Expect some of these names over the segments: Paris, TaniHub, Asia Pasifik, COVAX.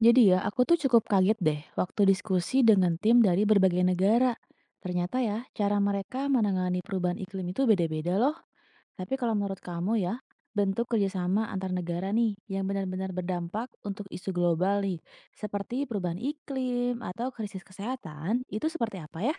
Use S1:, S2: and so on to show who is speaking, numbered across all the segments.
S1: Jadi ya, aku tuh cukup kaget deh waktu diskusi dengan tim dari berbagai negara. Ternyata ya, cara mereka menangani perubahan iklim itu beda-beda loh. Tapi kalau menurut kamu ya, bentuk kerjasama antar negara nih yang benar-benar berdampak untuk isu global nih, seperti perubahan iklim atau krisis kesehatan, itu seperti apa ya?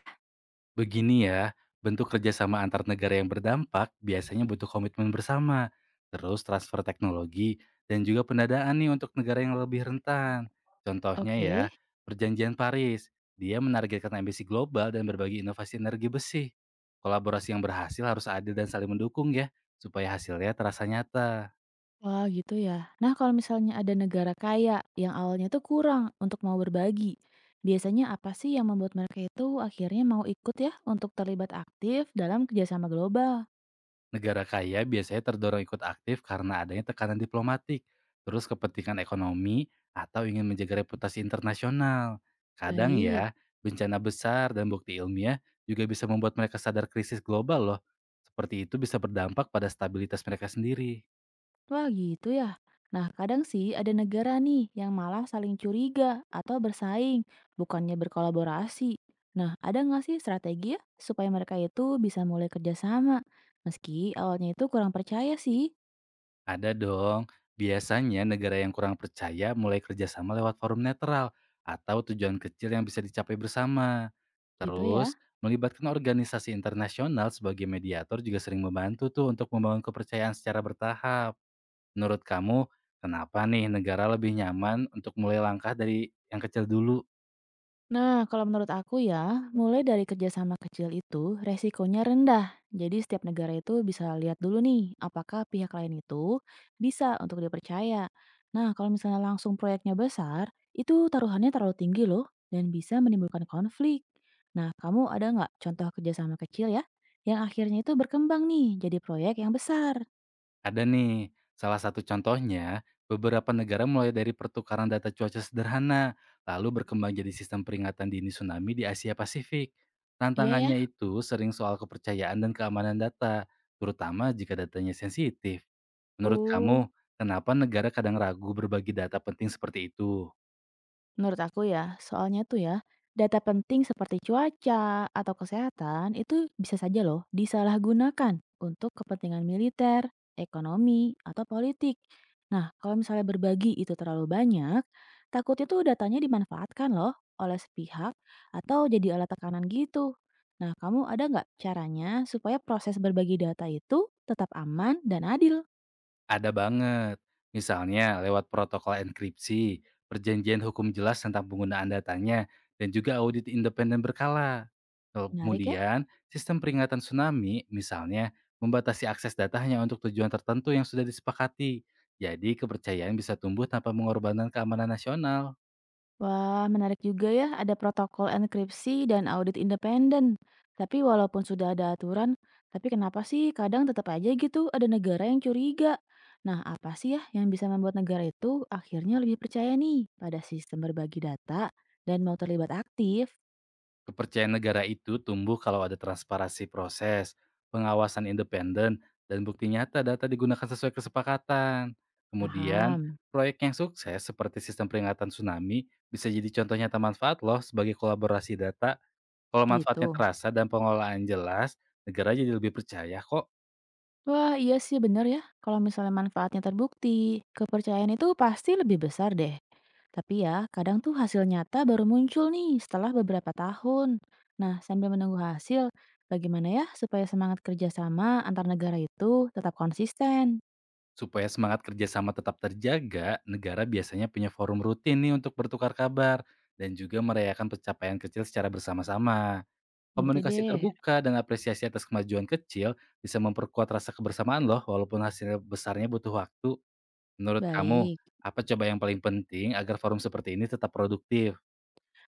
S2: Begini ya, bentuk kerjasama antar negara yang berdampak biasanya butuh komitmen bersama, terus transfer teknologi, dan juga pendanaan nih untuk negara yang lebih rentan. Contohnya ya,
S1: Oke.
S2: perjanjian Paris, dia menargetkan ambisi global dan berbagi inovasi energi besi. Kolaborasi yang berhasil harus adil dan saling mendukung ya, supaya hasilnya terasa nyata.
S1: Wah, gitu ya. Nah, kalau misalnya ada negara kaya yang awalnya tuh kurang untuk mau berbagi, biasanya apa sih yang membuat mereka itu akhirnya mau ikut ya untuk terlibat aktif dalam kerjasama global?
S2: Negara kaya biasanya terdorong ikut aktif karena adanya tekanan diplomatik, terus kepentingan ekonomi, atau ingin menjaga reputasi internasional. Kadang
S1: Baik.
S2: ya, bencana besar dan bukti ilmiah juga bisa membuat mereka sadar krisis global loh. Seperti itu bisa berdampak pada stabilitas mereka sendiri.
S1: Wah, gitu ya. Nah, kadang sih ada negara nih yang malah saling curiga atau bersaing, bukannya berkolaborasi. Nah, ada nggak sih strategi ya supaya mereka itu bisa mulai kerjasama? Meski awalnya itu kurang percaya sih,
S2: Ada dong. Biasanya negara yang kurang percaya mulai kerjasama lewat forum netral atau tujuan kecil yang bisa dicapai bersama.
S1: gitu ya.
S2: Terus, melibatkan organisasi internasional sebagai mediator juga sering membantu tuh untuk membangun kepercayaan secara bertahap. Menurut kamu, kenapa nih negara lebih nyaman untuk mulai langkah dari yang kecil dulu?
S1: Nah, kalau menurut aku ya, mulai dari kerjasama kecil itu resikonya rendah. Jadi setiap negara itu bisa lihat dulu nih, apakah pihak lain itu bisa untuk dipercaya. Nah, kalau misalnya langsung proyeknya besar, itu taruhannya terlalu tinggi loh dan bisa menimbulkan konflik. Nah, kamu ada nggak contoh kerjasama kecil ya, yang akhirnya itu berkembang nih jadi proyek yang besar?
S2: Ada nih, salah satu contohnya, beberapa negara mulai dari pertukaran data cuaca sederhana, lalu berkembang jadi sistem peringatan dini tsunami di Asia Pasifik.
S1: Iya ya.
S2: Tantangannya itu sering soal kepercayaan dan keamanan data, terutama jika datanya sensitif. Menurut
S1: Oh.
S2: kamu, kenapa negara kadang ragu berbagi data penting seperti itu?
S1: Menurut aku ya, soalnya tuh ya, data penting seperti cuaca atau kesehatan itu bisa saja loh disalahgunakan untuk kepentingan militer, ekonomi, atau politik. Nah, kalau misalnya berbagi itu terlalu banyak, takutnya tuh datanya dimanfaatkan loh oleh sepihak atau jadi alat tekanan gitu. Nah, kamu ada nggak caranya supaya proses berbagi data itu tetap aman dan adil?
S2: Ada banget. Misalnya lewat protokol enkripsi, perjanjian hukum jelas tentang penggunaan datanya, dan juga audit independen berkala.
S1: Menarik ya?
S2: Kemudian, sistem peringatan tsunami misalnya membatasi akses data hanya untuk tujuan tertentu yang sudah disepakati. Jadi, kepercayaan bisa tumbuh tanpa mengorbankan keamanan nasional.
S1: Wah, menarik juga ya, ada protokol enkripsi dan audit independen. Tapi walaupun sudah ada aturan, tapi kenapa sih kadang tetap aja gitu ada negara yang curiga? Nah, apa sih ya yang bisa membuat negara itu akhirnya lebih percaya nih pada sistem berbagi data dan mau terlibat aktif?
S2: Kepercayaan negara itu tumbuh kalau ada transparansi proses, pengawasan independen, dan bukti nyata data digunakan sesuai kesepakatan. Kemudian,
S1: Paham.
S2: proyek yang sukses seperti sistem peringatan tsunami bisa jadi contoh nyata manfaat loh sebagai kolaborasi data. Kalau manfaatnya
S1: Gitu.
S2: terasa dan pengelolaan jelas, negara jadi lebih percaya kok.
S1: Wah, iya sih bener ya. Kalau misalnya manfaatnya terbukti, kepercayaan itu pasti lebih besar deh. Tapi ya, kadang tuh hasil nyata baru muncul nih setelah beberapa tahun. Nah, sambil menunggu hasil, bagaimana ya supaya semangat kerjasama antar negara itu tetap konsisten?
S2: Supaya semangat kerjasama tetap terjaga, negara biasanya punya forum rutin nih untuk bertukar kabar dan juga merayakan pencapaian kecil secara bersama-sama.
S1: Ngerti
S2: Komunikasi
S1: deh.
S2: terbuka dan apresiasi atas kemajuan kecil bisa memperkuat rasa kebersamaan loh, walaupun hasilnya besarnya butuh waktu. Menurut kamu,
S1: Baik.
S2: apa coba yang paling penting agar forum seperti ini tetap produktif?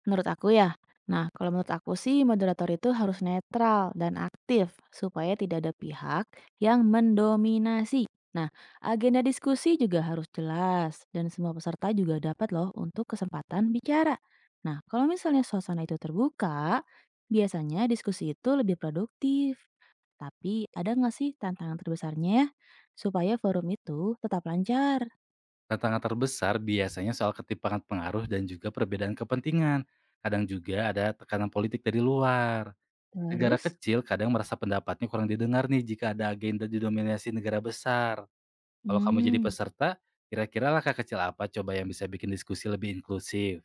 S1: Menurut aku ya, nah kalau menurut aku sih moderator itu harus netral dan aktif supaya tidak ada pihak yang mendominasi. Nah, agenda diskusi juga harus jelas dan semua peserta juga dapat loh untuk kesempatan bicara. Nah, kalau misalnya suasana itu terbuka, biasanya diskusi itu lebih produktif. Tapi ada nggak sih tantangan terbesarnya ya supaya forum itu tetap lancar?
S2: Tantangan terbesar biasanya soal ketimpangan pengaruh dan juga perbedaan kepentingan. Kadang juga ada tekanan politik dari luar. Negara
S1: Terus?
S2: kecil kadang merasa pendapatnya kurang didengar nih jika ada agenda didominasi negara besar. Kalau kamu jadi
S1: Hmm.
S2: peserta, kira-kira langkah kecil apa coba yang bisa bikin diskusi lebih inklusif?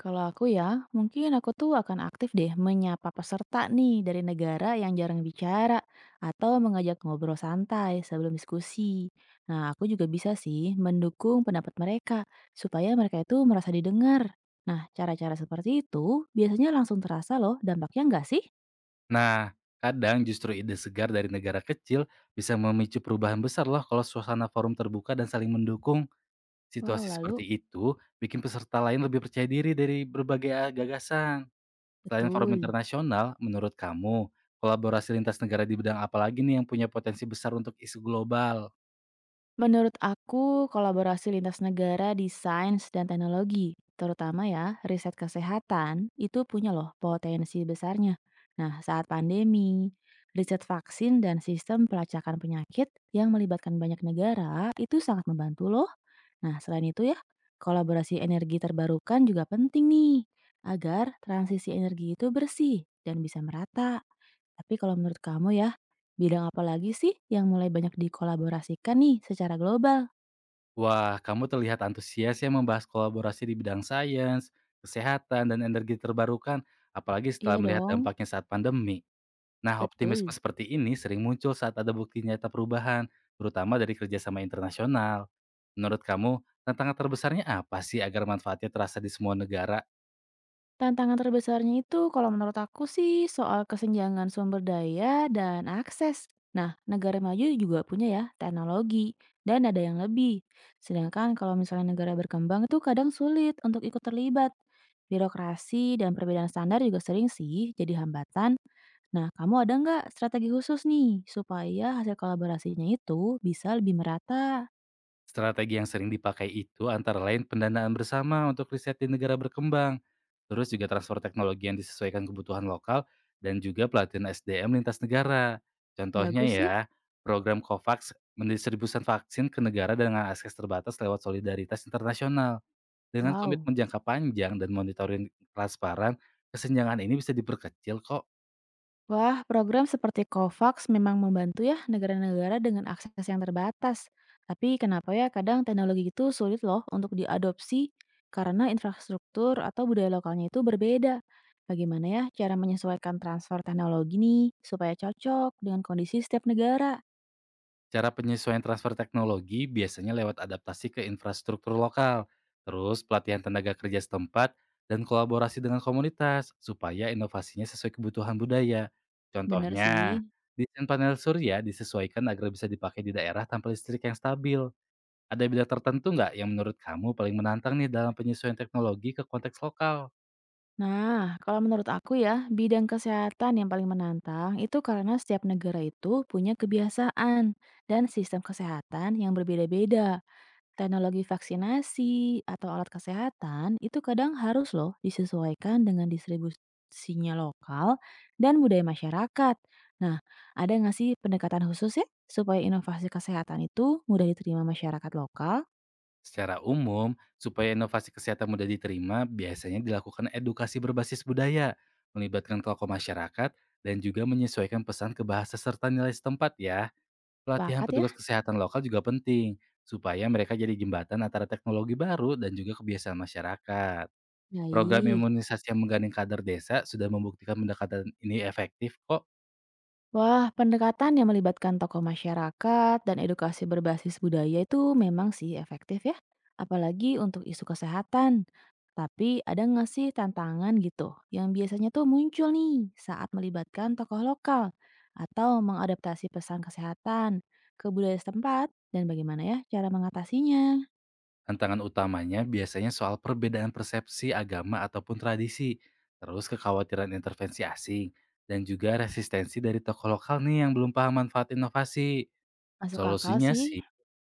S1: Kalau aku ya, mungkin aku tuh akan aktif deh menyapa peserta nih dari negara yang jarang bicara atau mengajak ngobrol santai sebelum diskusi. Nah, aku juga bisa sih mendukung pendapat mereka supaya mereka itu merasa didengar. Nah, cara-cara seperti itu biasanya langsung terasa loh dampaknya nggak sih?
S2: Nah, kadang justru ide segar dari negara kecil bisa memicu perubahan besar loh kalau suasana forum terbuka dan saling mendukung.
S1: Wow,
S2: Situasi
S1: lalu
S2: seperti itu bikin peserta lain lebih percaya diri dari berbagai gagasan. Selain forum
S1: betul.
S2: internasional, menurut kamu, kolaborasi lintas negara di bidang apa lagi nih yang punya potensi besar untuk isu global?
S1: Menurut aku, kolaborasi lintas negara di sains dan teknologi, terutama ya riset kesehatan, itu punya loh potensi besarnya. Nah, saat pandemi, riset vaksin dan sistem pelacakan penyakit yang melibatkan banyak negara itu sangat membantu loh. Nah, selain itu ya, kolaborasi energi terbarukan juga penting nih, agar transisi energi itu bersih dan bisa merata. Tapi kalau menurut kamu ya, bidang apa lagi sih yang mulai banyak dikolaborasikan nih secara global?
S2: Wah, kamu terlihat antusias ya membahas kolaborasi di bidang sains, kesehatan, dan energi terbarukan, apalagi
S1: Iya
S2: setelah melihat
S1: dong,
S2: dampaknya saat pandemi. Nah, optimisme
S1: betul.
S2: seperti ini sering muncul saat ada bukti nyata perubahan, terutama dari kerjasama internasional. Menurut kamu, tantangan terbesarnya apa sih agar manfaatnya terasa di semua negara?
S1: Tantangan terbesarnya itu kalau menurut aku sih soal kesenjangan sumber daya dan akses. Nah, negara maju juga punya ya teknologi dan ada yang lebih. Sedangkan kalau misalnya negara berkembang itu kadang sulit untuk ikut terlibat. Birokrasi dan perbedaan standar juga sering sih jadi hambatan. Nah, kamu ada nggak strategi khusus nih supaya hasil kolaborasinya itu bisa lebih merata?
S2: Strategi yang sering dipakai itu antara lain pendanaan bersama untuk riset di negara berkembang, terus juga transfer teknologi yang disesuaikan kebutuhan lokal, dan juga pelatihan SDM lintas negara. Contohnya
S1: Bagus sih.
S2: ya, program COVAX mendistribusikan vaksin ke negara dengan akses terbatas lewat solidaritas internasional. Dengan
S1: Wow.
S2: komitmen jangka panjang dan monitoring transparan, kesenjangan ini bisa diperkecil kok.
S1: Wah, program seperti COVAX memang membantu ya negara-negara dengan akses yang terbatas. Tapi kenapa ya kadang teknologi itu sulit loh untuk diadopsi karena infrastruktur atau budaya lokalnya itu berbeda. Bagaimana ya cara menyesuaikan transfer teknologi nih supaya cocok dengan kondisi setiap negara?
S2: Cara penyesuaian transfer teknologi biasanya lewat adaptasi ke infrastruktur lokal, terus pelatihan tenaga kerja setempat, dan kolaborasi dengan komunitas supaya inovasinya sesuai kebutuhan budaya.
S1: Bener
S2: Contohnya,
S1: sih.
S2: desain panel surya disesuaikan agar bisa dipakai di daerah tanpa listrik yang stabil. Ada bidang tertentu nggak yang menurut kamu paling menantang nih dalam penyesuaian teknologi ke konteks lokal?
S1: Nah, kalau menurut aku ya, bidang kesehatan yang paling menantang itu karena setiap negara itu punya kebiasaan dan sistem kesehatan yang berbeda-beda. Teknologi vaksinasi atau alat kesehatan itu kadang harus loh disesuaikan dengan distribusinya lokal dan budaya masyarakat. Nah, ada nggak sih pendekatan khusus ya supaya inovasi kesehatan itu mudah diterima masyarakat lokal?
S2: Secara umum, supaya inovasi kesehatan mudah diterima, biasanya dilakukan edukasi berbasis budaya, melibatkan tokoh masyarakat, dan juga menyesuaikan pesan ke bahasa serta nilai setempat ya. Pelatihan
S1: Pakat ya?
S2: petugas kesehatan lokal juga penting, supaya mereka jadi jembatan antara teknologi baru dan juga kebiasaan masyarakat. Program
S1: Baik.
S2: imunisasi yang menggandeng kader desa sudah membuktikan pendekatan ini efektif kok.
S1: Wah, pendekatan yang melibatkan tokoh masyarakat dan edukasi berbasis budaya itu memang sih efektif ya, apalagi untuk isu kesehatan. Tapi ada nggak sih tantangan gitu yang biasanya tuh muncul nih saat melibatkan tokoh lokal atau mengadaptasi pesan kesehatan ke budaya setempat dan bagaimana ya cara mengatasinya?
S2: Tantangan utamanya biasanya soal perbedaan persepsi agama ataupun tradisi, terus kekhawatiran intervensi asing, dan juga resistensi dari tokoh lokal nih yang belum paham manfaat inovasi.
S1: Masuk akal
S2: Solusinya
S1: sih,
S2: sih,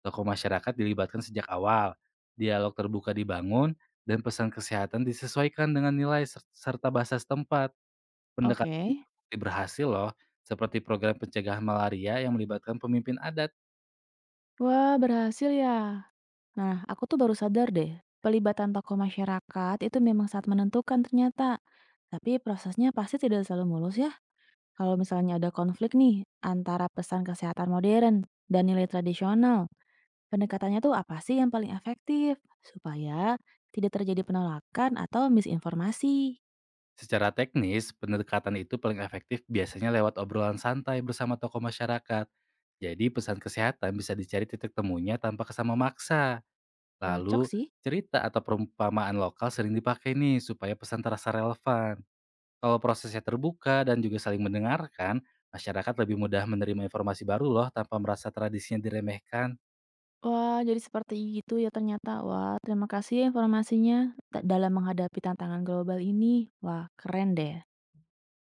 S2: tokoh masyarakat dilibatkan sejak awal, dialog terbuka dibangun, dan pesan kesehatan disesuaikan dengan nilai serta bahasa setempat. Pendekatan ini
S1: oke.
S2: terbukti berhasil loh, seperti program pencegahan malaria yang melibatkan pemimpin adat.
S1: Wah, berhasil ya. Nah, aku tuh baru sadar deh, pelibatan tokoh masyarakat itu memang saat menentukan ternyata. Tapi prosesnya pasti tidak selalu mulus ya. Kalau misalnya ada konflik nih antara pesan kesehatan modern dan nilai tradisional, pendekatannya tuh apa sih yang paling efektif supaya tidak terjadi penolakan atau misinformasi?
S2: Secara teknis, pendekatan itu paling efektif biasanya lewat obrolan santai bersama tokoh masyarakat. Jadi pesan kesehatan bisa dicari titik temunya tanpa kesama maksa.
S1: Cocok
S2: Lalu,
S1: sih.
S2: cerita atau perumpamaan lokal sering dipakai nih supaya pesan terasa relevan. Kalau prosesnya terbuka dan juga saling mendengarkan, masyarakat lebih mudah menerima informasi baru loh tanpa merasa tradisinya diremehkan.
S1: Wah, jadi seperti itu ya ternyata. Wah, terima kasih ya informasinya dalam menghadapi tantangan global ini. Wah, keren deh.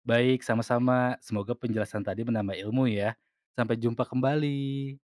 S2: Baik, sama-sama. Semoga penjelasan tadi menambah ilmu ya. Sampai jumpa kembali.